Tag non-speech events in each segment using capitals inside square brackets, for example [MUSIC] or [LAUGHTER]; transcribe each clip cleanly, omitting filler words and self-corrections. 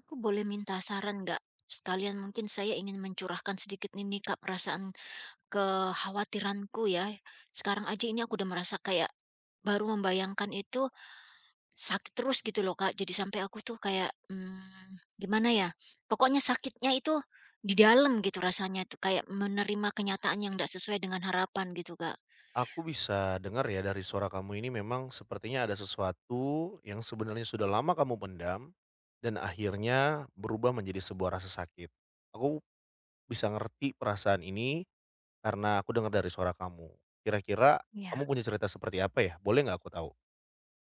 Aku boleh minta saran nggak? Sekalian mungkin saya ingin mencurahkan sedikit nih Kak, perasaan kekhawatiranku ya. Sekarang aja ini aku udah merasa kayak baru membayangkan itu sakit terus gitu loh Kak. Jadi sampai aku tuh kayak gimana ya? Pokoknya sakitnya itu di dalam gitu rasanya tuh kayak menerima kenyataan yang tidak sesuai dengan harapan gitu Kak. Aku bisa dengar ya dari suara kamu ini memang sepertinya ada sesuatu yang sebenarnya sudah lama kamu pendam dan akhirnya berubah menjadi sebuah rasa sakit. Aku bisa ngerti perasaan ini karena aku dengar dari suara kamu. Kira-kira Ya. kamu punya cerita seperti apa ya? Boleh nggak aku tahu?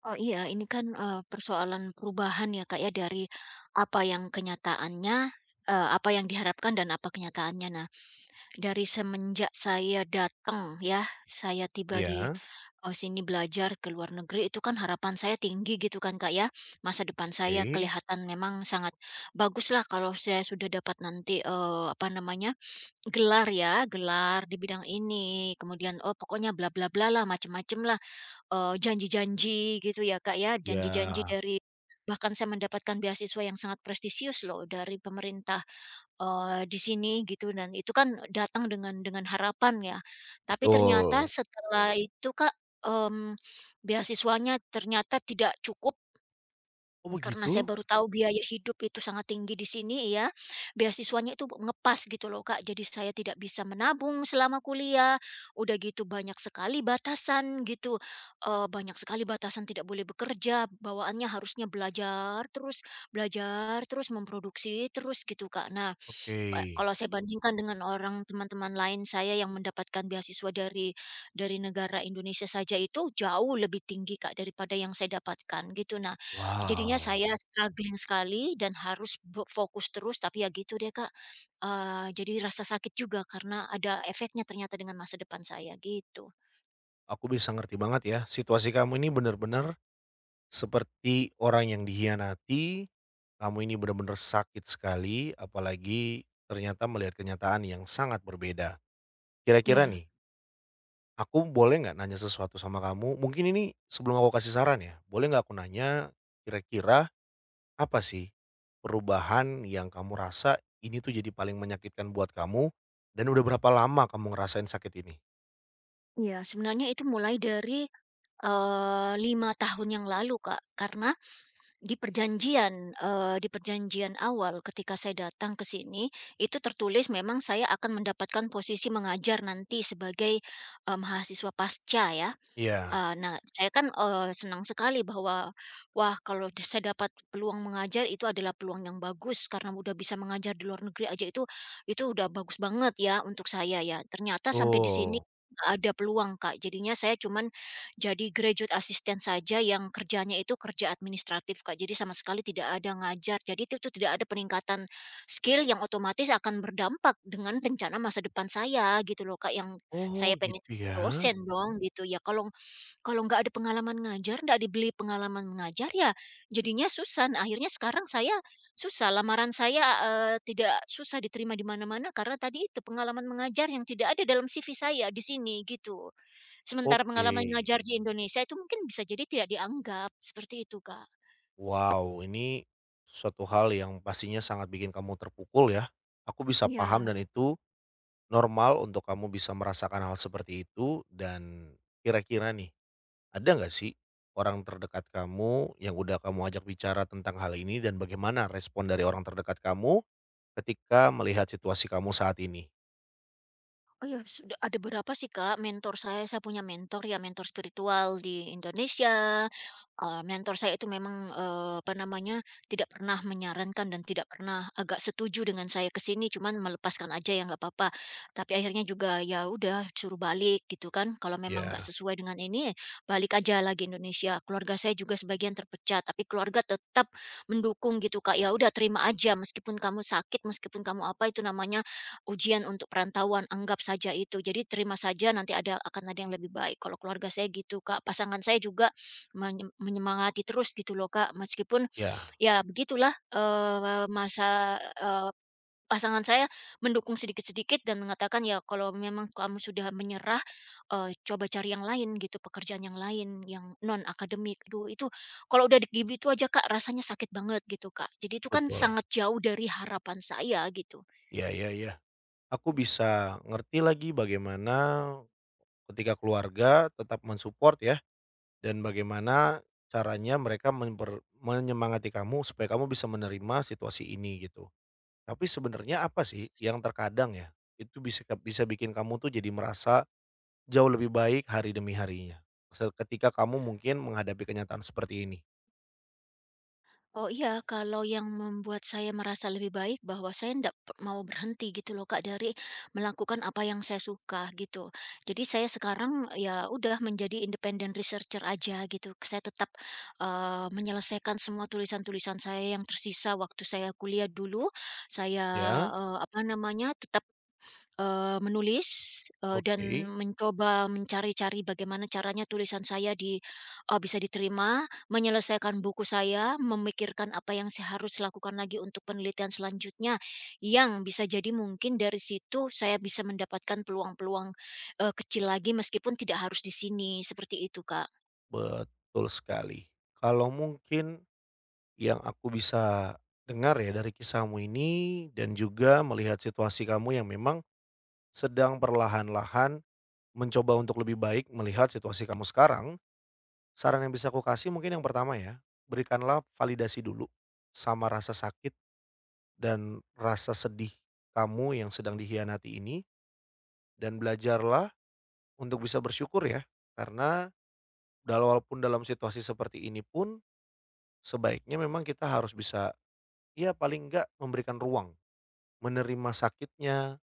Oh iya, ini kan, persoalan perubahan ya, Kak, ya, dari apa yang kenyataannya, apa yang diharapkan dan apa kenyataannya. Nah, dari semenjak saya datang ya, saya tiba di, Iya, sini belajar ke luar negeri, itu kan harapan saya tinggi gitu kan, Kak, ya. Masa depan saya oke. kelihatan memang sangat bagus lah kalau saya sudah dapat nanti, apa namanya, gelar ya, gelar di bidang ini, kemudian, oh, pokoknya bla bla bla lah, macam macam lah janji-janji gitu ya, Kak, ya, janji-janji Ya, dari bahkan saya mendapatkan beasiswa yang sangat prestisius loh dari pemerintah, di sini gitu dan itu kan datang dengan harapan ya. Tapi ternyata betul. setelah itu, Kak, mmm, beasiswanya ternyata tidak cukup Oh karena saya begitu? baru tahu biaya hidup itu sangat tinggi di sini ya, beasiswanya itu ngepas gitu loh Kak, jadi saya tidak bisa menabung selama kuliah, udah gitu banyak sekali batasan gitu, banyak sekali batasan tidak boleh bekerja, bawaannya harusnya belajar terus, memproduksi terus gitu Kak. Nah, Oke. kalau saya bandingkan dengan orang teman-teman lain saya yang mendapatkan beasiswa dari negara Indonesia saja itu jauh lebih tinggi, Kak, daripada yang saya dapatkan gitu. Nah, jadinya Wow, saya struggling sekali dan harus fokus terus, tapi ya gitu deh, Kak, jadi rasa sakit juga karena ada efeknya ternyata dengan masa depan saya, gitu. aku bisa ngerti banget ya. Situasi kamu ini benar-benar seperti orang yang dihianati. Kamu ini benar-benar sakit sekali, apalagi ternyata melihat kenyataan yang sangat berbeda. Kira-kira Iya. nih, aku boleh nggak nanya sesuatu sama kamu? Mungkin ini sebelum aku kasih saran ya, boleh nggak aku nanya kira-kira apa sih perubahan yang kamu rasa ini tuh jadi paling menyakitkan buat kamu dan udah berapa lama kamu ngerasain sakit ini? Iya, sebenarnya itu mulai dari, 5 tahun yang lalu, Kak, karena di perjanjian awal ketika saya datang ke sini, itu tertulis memang saya akan mendapatkan posisi mengajar nanti sebagai, mahasiswa pasca ya. Iya, Nah, saya kan, senang sekali bahwa, wah, kalau saya dapat peluang mengajar itu adalah peluang yang bagus karena udah bisa mengajar di luar negeri aja itu udah bagus banget ya untuk saya ya. Ternyata sampai di sini betul. nggak ada peluang, Kak. Jadinya saya cuman jadi graduate assistant saja yang kerjanya itu kerja administratif, Kak. Jadi sama sekali tidak ada ngajar. Jadi itu tidak ada peningkatan skill yang otomatis akan berdampak dengan rencana masa depan saya gitu loh, Kak, yang Oh saya pengen gitu jadi ya? dosen dong gitu ya. Kalau kalau nggak ada pengalaman ngajar, nggak dibeli pengalaman mengajar ya jadinya susah. Nah, akhirnya sekarang saya susah, lamaran saya, tidak susah diterima di mana-mana karena tadi itu pengalaman mengajar yang tidak ada dalam CV saya di sini, gitu. Sementara Oke. pengalaman ngajar di Indonesia itu mungkin bisa jadi tidak dianggap, seperti itu, Kak. Wow, ini suatu hal yang pastinya sangat bikin kamu terpukul ya. Aku bisa paham Iya. dan itu normal untuk kamu bisa merasakan hal seperti itu dan kira-kira nih, ada nggak sih orang terdekat kamu yang udah kamu ajak bicara tentang hal ini dan bagaimana respon dari orang terdekat kamu ketika melihat situasi kamu saat ini? Oh ya, sudah ada berapa sih, Kak, mentor saya. Saya punya mentor ya, mentor spiritual di Indonesia. Mentor saya itu memang, apa namanya, tidak pernah menyarankan dan tidak pernah agak setuju dengan saya ke sini, cuman melepaskan aja ya, nggak apa-apa. Tapi akhirnya juga ya udah suruh balik gitu kan, kalau memang nggak Ya, sesuai dengan ini, balik aja lagi Indonesia. Keluarga saya juga sebagian terpecah, tapi keluarga tetap mendukung gitu, Kak. Ya udah terima aja meskipun kamu sakit, meskipun kamu apa, itu namanya ujian untuk perantauan, anggap saja itu. Jadi terima saja nanti akan ada yang lebih baik. Kalau keluarga saya gitu, Kak. Pasangan saya juga menyemangati terus gitu loh, Kak. Meskipun ya, ya begitulah, masa pasangan saya mendukung sedikit-sedikit dan mengatakan, "Ya kalau memang kamu sudah menyerah, coba cari yang lain gitu, pekerjaan yang lain yang non akademik." Duh itu kalau udah di gitu aja, Kak, rasanya sakit banget gitu, Kak. Jadi itu kan betul. sangat jauh dari harapan saya gitu. Ya, ya, ya. Aku bisa ngerti lagi bagaimana ketika keluarga tetap mensupport ya. Dan bagaimana caranya mereka memper menyemangati kamu supaya kamu bisa menerima situasi ini gitu. Tapi sebenarnya apa sih yang terkadang ya, itu bisa bisa bikin kamu tuh jadi merasa jauh lebih baik hari demi harinya? Se ketika kamu mungkin menghadapi kenyataan seperti ini? Oh iya, kalau yang membuat saya merasa lebih baik bahwa saya ndak mau berhenti gitu loh Kak, dari melakukan apa yang saya suka gitu. Jadi saya sekarang ya udah menjadi independent researcher aja gitu. Saya tetap, menyelesaikan semua tulisan-tulisan saya yang tersisa waktu saya kuliah dulu. Saya, Ya, apa namanya, tetap menulis, dan oke, mencoba mencari-cari bagaimana caranya tulisan saya di bisa diterima, menyelesaikan buku saya, memikirkan apa yang saya harus lakukan lagi untuk penelitian selanjutnya, yang bisa jadi mungkin dari situ saya bisa mendapatkan peluang-peluang, kecil lagi meskipun tidak harus di sini, seperti itu, Kak. betul sekali. Kalau mungkin yang aku bisa dengar ya dari kisahmu ini dan juga melihat situasi kamu yang memang sedang perlahan-lahan mencoba untuk lebih baik melihat situasi kamu sekarang, saran yang bisa aku kasih mungkin yang pertama ya, berikanlah validasi dulu sama rasa sakit dan rasa sedih kamu yang sedang dihianati ini dan belajarlah untuk bisa bersyukur ya. Karena walaupun dalam situasi seperti ini pun sebaiknya memang kita harus bisa ya paling enggak memberikan ruang, menerima sakitnya,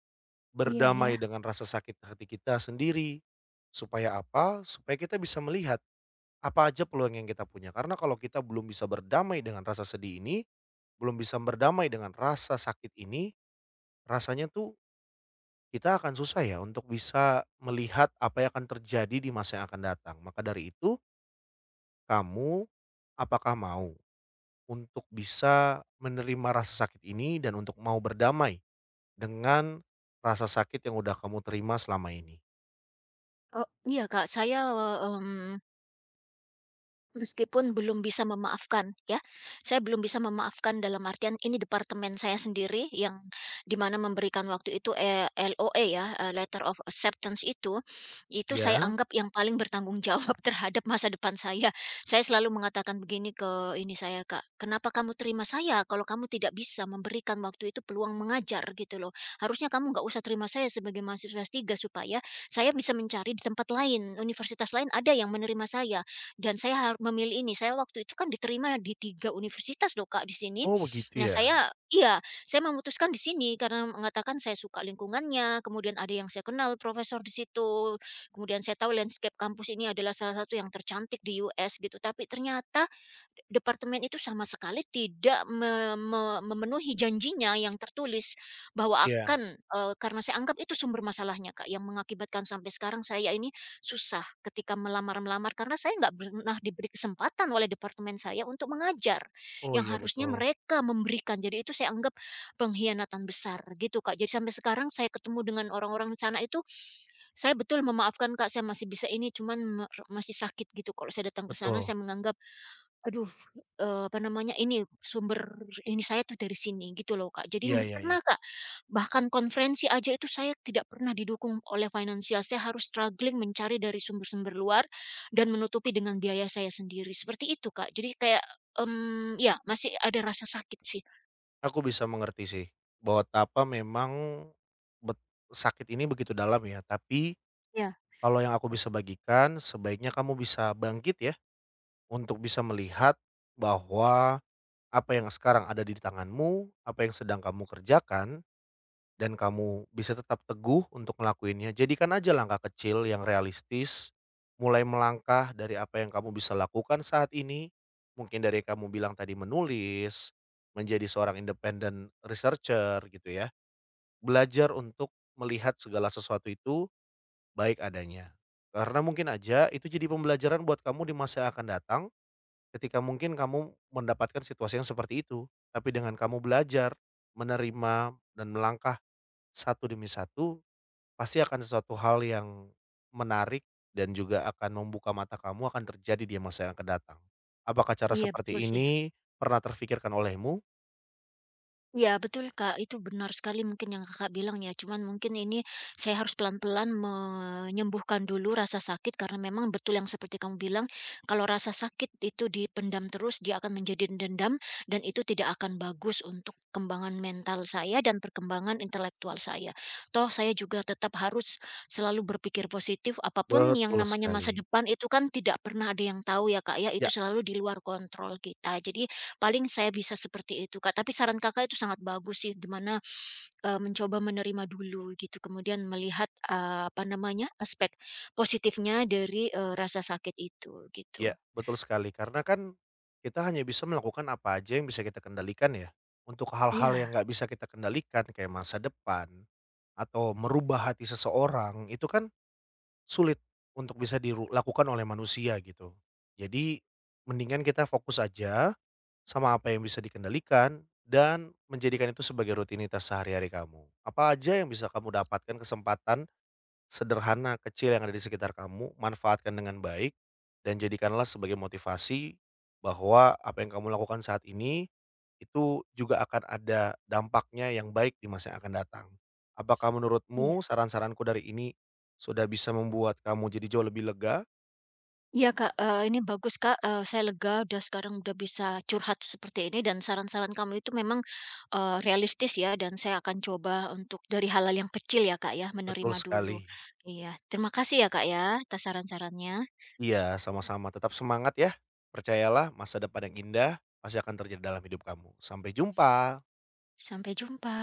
Iya, ya. berdamai dengan rasa sakit hati kita sendiri. Supaya apa? Supaya kita bisa melihat apa aja peluang yang kita punya, karena kalau kita belum bisa berdamai dengan rasa sedih ini, belum bisa berdamai dengan rasa sakit ini, rasanya tuh kita akan susah ya untuk bisa melihat apa yang akan terjadi di masa yang akan datang. Maka dari itu, kamu apakah mau untuk bisa menerima rasa sakit ini dan untuk mau berdamai dengan rasa sakit yang udah kamu terima selama ini? Oh, iya, Kak, saya, mmm, meskipun belum bisa memaafkan ya, saya belum bisa memaafkan dalam artian ini departemen saya sendiri yang dimana memberikan waktu itu, LOA ya, letter of acceptance itu saya Ya. anggap yang paling bertanggung jawab [LAUGHS] terhadap masa depan saya. Saya selalu mengatakan begini ke ini saya, Kak, "Kenapa kamu terima saya kalau kamu tidak bisa memberikan waktu itu peluang mengajar?" Gitu loh. "Harusnya kamu nggak usah terima saya sebagai mahasiswa S3 supaya saya bisa mencari di tempat lain, universitas lain ada yang menerima saya. Dan saya memilih ini, saya waktu itu kan diterima di 3 universitas loh Kak di sini. Oh begitu Nah ya? Saya memutuskan di sini karena mengatakan saya suka lingkungannya, kemudian ada yang saya kenal profesor di situ, kemudian saya tahu landscape kampus ini adalah salah satu yang tercantik di US gitu. Tapi ternyata departemen itu sama sekali tidak me me memenuhi janjinya yang tertulis bahwa Iya. akan karena saya anggap itu sumber masalahnya, Kak, yang mengakibatkan sampai sekarang saya ini susah ketika melamar-melamar karena saya nggak pernah diberi kesempatan oleh departemen saya untuk mengajar, Oh yang iya harusnya betul, mereka memberikan. Jadi itu saya anggap pengkhianatan besar gitu, Kak. Jadi sampai sekarang saya ketemu dengan orang-orang di sana itu, saya betul memaafkan, Kak, saya masih bisa ini, cuman masih sakit gitu kalau saya datang ke sana betul. saya menganggap, aduh, apa namanya, ini sumber ini saya tuh dari sini, gitu loh, Kak. Jadi Iya, nggak iya, iya. pernah, Kak. Bahkan konferensi aja itu saya tidak pernah didukung oleh finansial, saya harus struggling mencari dari sumber-sumber luar dan menutupi dengan biaya saya sendiri, seperti itu, Kak. Jadi kayak, ya masih ada rasa sakit sih. Aku bisa mengerti sih, bahwa tapa memang bet sakit ini begitu dalam ya, tapi Ya, kalau yang aku bisa bagikan sebaiknya kamu bisa bangkit ya, untuk bisa melihat bahwa apa yang sekarang ada di tanganmu, apa yang sedang kamu kerjakan dan kamu bisa tetap teguh untuk ngelakuinnya, jadikan aja langkah kecil yang realistis, mulai melangkah dari apa yang kamu bisa lakukan saat ini, mungkin dari yang kamu bilang tadi menulis, menjadi seorang independent researcher gitu ya, belajar untuk melihat segala sesuatu itu baik adanya. Karena mungkin aja itu jadi pembelajaran buat kamu di masa yang akan datang, ketika mungkin kamu mendapatkan situasi yang seperti itu, tapi dengan kamu belajar, menerima, dan melangkah satu demi satu pasti akan sesuatu hal yang menarik dan juga akan membuka mata kamu akan terjadi di masa yang akan datang. Apakah cara iya, betul seperti sih. ini pernah terfikirkan olehmu? Iya betul Kak, itu benar sekali mungkin yang Kakak bilang ya, cuman mungkin ini saya harus pelan-pelan menyembuhkan dulu rasa sakit karena memang betul yang seperti kamu bilang, kalau rasa sakit itu dipendam terus dia akan menjadi dendam dan itu tidak akan bagus untuk perkembangan mental saya dan perkembangan intelektual saya. Toh saya juga tetap harus selalu berpikir positif, apapun yang Betul namanya masa sekali. depan itu kan tidak pernah ada yang tahu ya Kak ya, Ya, itu selalu di luar kontrol kita. Jadi paling saya bisa seperti itu, Kak, tapi saran Kakak itu sangat bagus sih gimana, mencoba menerima dulu gitu kemudian melihat, apa namanya, aspek positifnya dari, rasa sakit itu gitu. ya, betul sekali karena kan kita hanya bisa melakukan apa aja yang bisa kita kendalikan ya. Untuk hal-hal Iya, yang nggak bisa kita kendalikan kayak masa depan atau merubah hati seseorang itu kan sulit untuk bisa dilakukan oleh manusia gitu. Jadi mendingan kita fokus aja sama apa yang bisa dikendalikan dan menjadikan itu sebagai rutinitas sehari-hari kamu. Apa aja yang bisa kamu dapatkan kesempatan sederhana kecil yang ada di sekitar kamu, manfaatkan dengan baik, dan jadikanlah sebagai motivasi bahwa apa yang kamu lakukan saat ini, itu juga akan ada dampaknya yang baik di masa yang akan datang. Apakah iya, menurutmu saran-saranku dari ini sudah bisa membuat kamu jadi jauh lebih lega? iya, Kak, ini bagus, Kak, saya lega udah sekarang udah bisa curhat seperti ini dan saran-saran kamu itu memang, realistis ya dan saya akan coba untuk dari hal-hal yang kecil ya, Kak, ya Betul menerima dulu. sekali. Iya terima kasih ya, Kak, ya atas saran-sarannya. Iya, sama-sama. Tetap semangat ya. Percayalah, masa depan yang indah pasti akan terjadi dalam hidup kamu. Sampai jumpa. Sampai jumpa.